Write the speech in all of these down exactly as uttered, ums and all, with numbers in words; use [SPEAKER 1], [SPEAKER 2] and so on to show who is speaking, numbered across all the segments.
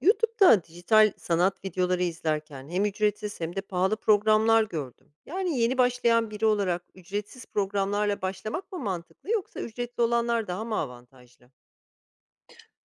[SPEAKER 1] YouTube'da dijital sanat videoları izlerken hem ücretsiz hem de pahalı programlar gördüm. Yani yeni başlayan biri olarak ücretsiz programlarla başlamak mı mantıklı yoksa ücretli olanlar daha mı avantajlı?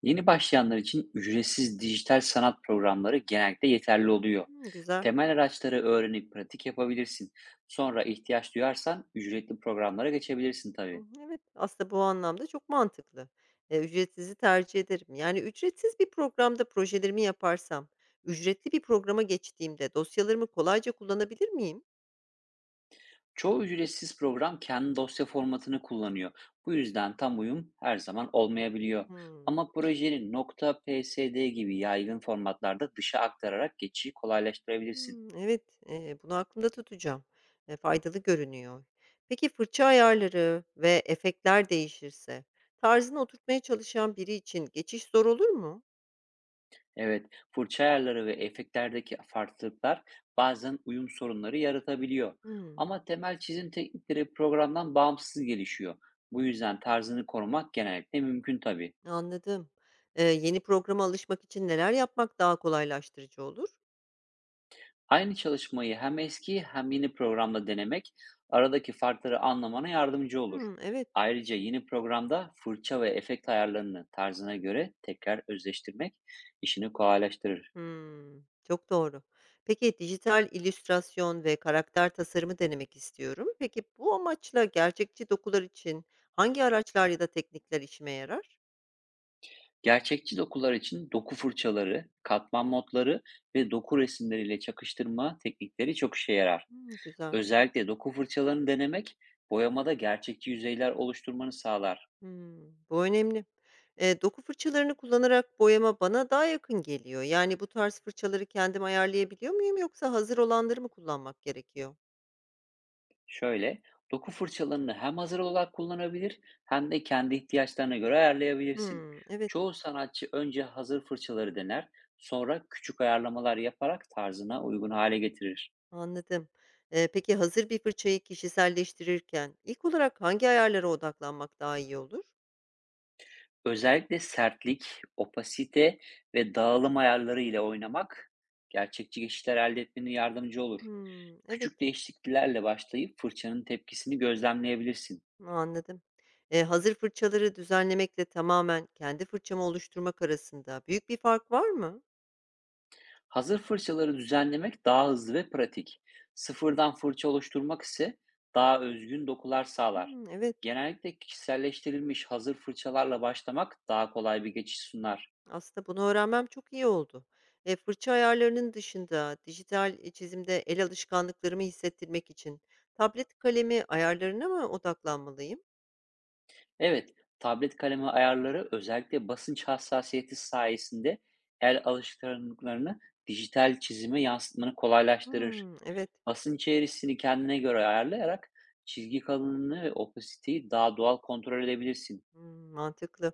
[SPEAKER 2] Yeni başlayanlar için ücretsiz dijital sanat programları genellikle yeterli oluyor.
[SPEAKER 1] Hmm, güzel.
[SPEAKER 2] Temel araçları öğrenip pratik yapabilirsin. Sonra ihtiyaç duyarsan ücretli programlara geçebilirsin
[SPEAKER 1] Hı,
[SPEAKER 2] tabii.
[SPEAKER 1] Evet, aslında bu anlamda çok mantıklı. E, ücretsizi tercih ederim. Yani ücretsiz bir programda projelerimi yaparsam, ücretli bir programa geçtiğimde dosyalarımı kolayca kullanabilir miyim?
[SPEAKER 2] Çoğu ücretsiz program kendi dosya formatını kullanıyor. Bu yüzden tam uyum her zaman olmayabiliyor.
[SPEAKER 1] Hmm.
[SPEAKER 2] Ama projenin .psd gibi yaygın formatlarda dışa aktararak geçişi kolaylaştırabilirsin.
[SPEAKER 1] Hımm, evet, eee, bunu aklımda tutacağım. Eee, faydalı görünüyor. Peki fırça ayarları ve efektler değişirse tarzını oturtmaya çalışan biri için geçiş zor olur mu?
[SPEAKER 2] Evet, fırça ayarları ve efektlerdeki farklılıklar bazen uyum sorunları yaratabiliyor.
[SPEAKER 1] Hımm,
[SPEAKER 2] Ama temel çizim teknikleri programdan bağımsız gelişiyor. Bu yüzden tarzını korumak genellikle mümkün tabii.
[SPEAKER 1] anladım. Eee, yeni programa alışmak için neler yapmak daha kolaylaştırıcı olur?
[SPEAKER 2] Aynı çalışmayı hem eski hem yeni programda denemek aradaki farkları anlamana yardımcı olur.
[SPEAKER 1] Hımm, evet.
[SPEAKER 2] Ayrıca yeni programda fırça ve efekt ayarlarını tarzına göre tekrar özleştirmek işini kolaylaştırır.
[SPEAKER 1] Hımm, çok doğru. Peki dijital illüstrasyon ve karakter tasarımı denemek istiyorum. Peki bu amaçla gerçekçi dokular için hangi araçlar ya da teknikler işime yarar?
[SPEAKER 2] Gerçekçi dokular için doku fırçaları, katman notları ve doku resimleriyle çakıştırma teknikleri çok işe yarar.
[SPEAKER 1] Hımm, güzel.
[SPEAKER 2] Özellikle doku fırçalarını denemek boyamada gerçekçi yüzeyler oluşturmanı sağlar.
[SPEAKER 1] Hımm. Bu önemli. Eee, doku fırçalarını kullanarak boyama bana daha yakın geliyor. Yani bu tarz fırçaları kendim ayarlayabiliyor muyum yoksa hazır olanları mı kullanmak gerekiyor?
[SPEAKER 2] Şöyle, doku fırçalarını hem hazır olarak kullanabilir hem de kendi ihtiyaçlarına göre ayarlayabilirsin.
[SPEAKER 1] Hımm, evet,
[SPEAKER 2] Çoğu sanatçı önce hazır fırçaları dener, sonra küçük ayarlamalar yaparak tarzına uygun hale getirir.
[SPEAKER 1] anladım. Eee, peki hazır bir fırçayı kişiselleştirirken ilk olarak hangi ayarlara odaklanmak daha iyi olur?
[SPEAKER 2] Özellikle sertlik, opasite ve dağılım ayarları ile oynamak gerçekçi geçişler elde etmene yardımcı olur.
[SPEAKER 1] Hımm, evet,
[SPEAKER 2] Küçük değişikliklerle başlayıp fırçanın tepkisini gözlemleyebilirsin.
[SPEAKER 1] anladım. Eee, hazır fırçaları düzenlemekle tamamen kendi fırçamı oluşturmak arasında büyük bir fark var mı?
[SPEAKER 2] Hazır fırçaları düzenlemek daha hızlı ve pratik. Sıfırdan fırça oluşturmak ise daha özgün dokular sağlar.
[SPEAKER 1] Hımm, evet.
[SPEAKER 2] Genellikle kişiselleştirilmiş hazır fırçalarla başlamak daha kolay bir geçiş sunar.
[SPEAKER 1] Aslında bunu öğrenmem çok iyi oldu. E, fırça ayarlarının dışında dijital e, çizimde el alışkanlıklarımı hissettirmek için tablet kalemi ayarlarına mı odaklanmalıyım?
[SPEAKER 2] Evet, tablet kalemi ayarları özellikle basınç hassasiyeti sayesinde el alışkanlıklarını dijital çizime yansıtmanı kolaylaştırır.
[SPEAKER 1] Hmm, evet.
[SPEAKER 2] Basınç eğrisini kendine göre ayarlayarak çizgi kalınlığını ve opasiteyi daha doğal kontrol edebilirsin.
[SPEAKER 1] Hmm, mantıklı.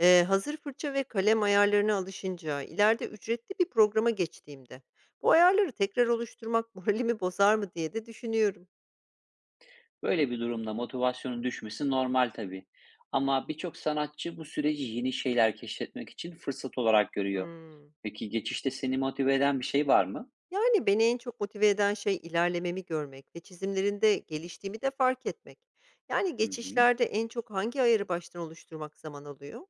[SPEAKER 1] E, hazır fırça ve kalem ayarlarına alışınca ileride ücretli bir programa geçtiğimde bu ayarları tekrar oluşturmak moralimi bozar mı diye de düşünüyorum.
[SPEAKER 2] Böyle bir durumda motivasyonun düşmesi normal tabii. Ama birçok sanatçı bu süreci yeni şeyler keşfetmek için fırsat olarak görüyor.
[SPEAKER 1] Hmm.
[SPEAKER 2] Peki geçişte seni motive eden bir şey var mı?
[SPEAKER 1] Yani beni en çok motive eden şey ilerlememi görmek ve çizimlerinde geliştiğimi de fark etmek. Yani
[SPEAKER 2] Hı hı.
[SPEAKER 1] geçişlerde en çok hangi ayarı baştan oluşturmak zaman alıyor?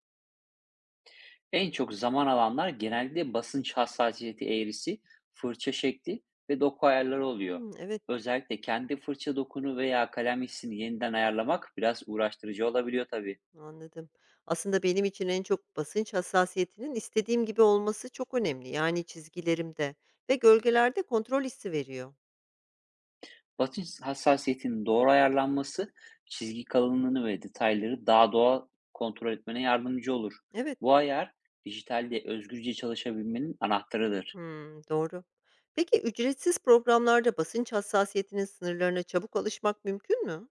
[SPEAKER 2] En çok zaman alanlar genellikle basınç hassasiyeti eğrisi, fırça şekli ve doku ayarları oluyor.
[SPEAKER 1] Hmm, evet,
[SPEAKER 2] Özellikle kendi fırça dokunu veya kalem hissini yeniden ayarlamak biraz uğraştırıcı olabiliyor tabii.
[SPEAKER 1] anladım. Aslında benim için en çok basınç hassasiyetinin istediğim gibi olması çok önemli. Yani çizgilerimde ve gölgelerde kontrol hissi veriyor.
[SPEAKER 2] Basınç hassasiyetinin doğru ayarlanması çizgi kalınlığını ve detayları daha doğal kontrol etmene yardımcı olur.
[SPEAKER 1] Evet.
[SPEAKER 2] Bu ayar dijitalde özgürce çalışabilmenin anahtarıdır.
[SPEAKER 1] Hmm, doğru. Peki ücretsiz programlarda basınç hassasiyetinin sınırlarına çabuk alışmak mümkün mü?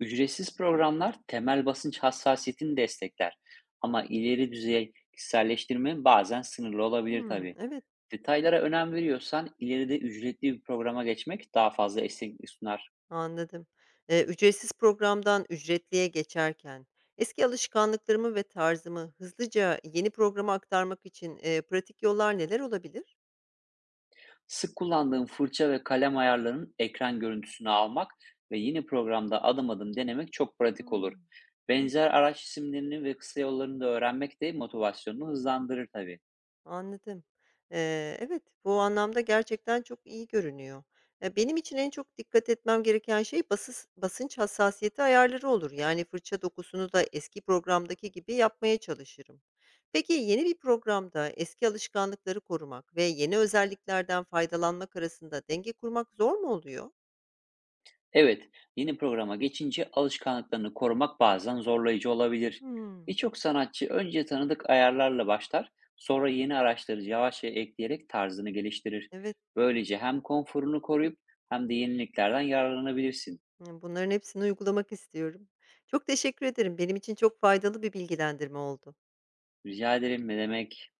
[SPEAKER 2] Ücretsiz programlar temel basınç hassasiyetini destekler. Ama ileri düzey kişiselleştirme bazen sınırlı olabilir
[SPEAKER 1] Hmm,
[SPEAKER 2] tabii.
[SPEAKER 1] evet.
[SPEAKER 2] Detaylara önem veriyorsan ileride ücretli bir programa geçmek daha fazla esneklik sunar.
[SPEAKER 1] Anladım. Eee, ücretsiz programdan ücretliye geçerken eski alışkanlıklarımı ve tarzımı hızlıca yeni programa aktarmak için, eee, pratik yollar neler olabilir?
[SPEAKER 2] Sık kullandığın fırça ve kalem ayarlarının ekran görüntüsünü almak ve yeni programda adım adım denemek çok pratik olur.
[SPEAKER 1] Hımm.
[SPEAKER 2] Benzer araç isimlerini ve kısa yollarını da öğrenmek de motivasyonunu hızlandırır tabii.
[SPEAKER 1] Anladım. Eee, evet, bu anlamda gerçekten çok iyi görünüyor. E, benim için en çok dikkat etmem gereken şey basıs basınç hassasiyeti ayarları olur. Yani fırça dokusunu da eski programdaki gibi yapmaya çalışırım. Peki yeni bir programda eski alışkanlıkları korumak ve yeni özelliklerden faydalanmak arasında denge kurmak zor mu oluyor?
[SPEAKER 2] Evet, yeni programa geçince alışkanlıklarını korumak bazen zorlayıcı olabilir.
[SPEAKER 1] Hmm,
[SPEAKER 2] Birçok sanatçı önce tanıdık ayarlarla başlar, sonra yeni araçları yavaşça ekleyerek tarzını geliştirir.
[SPEAKER 1] evet,
[SPEAKER 2] Böylece hem konforunu koruyup hem de yeniliklerden yararlanabilirsin.
[SPEAKER 1] hmm, bunların hepsini uygulamak istiyorum. Çok teşekkür ederim. Benim için çok faydalı bir bilgilendirme oldu.
[SPEAKER 2] Rica ederim ne demek?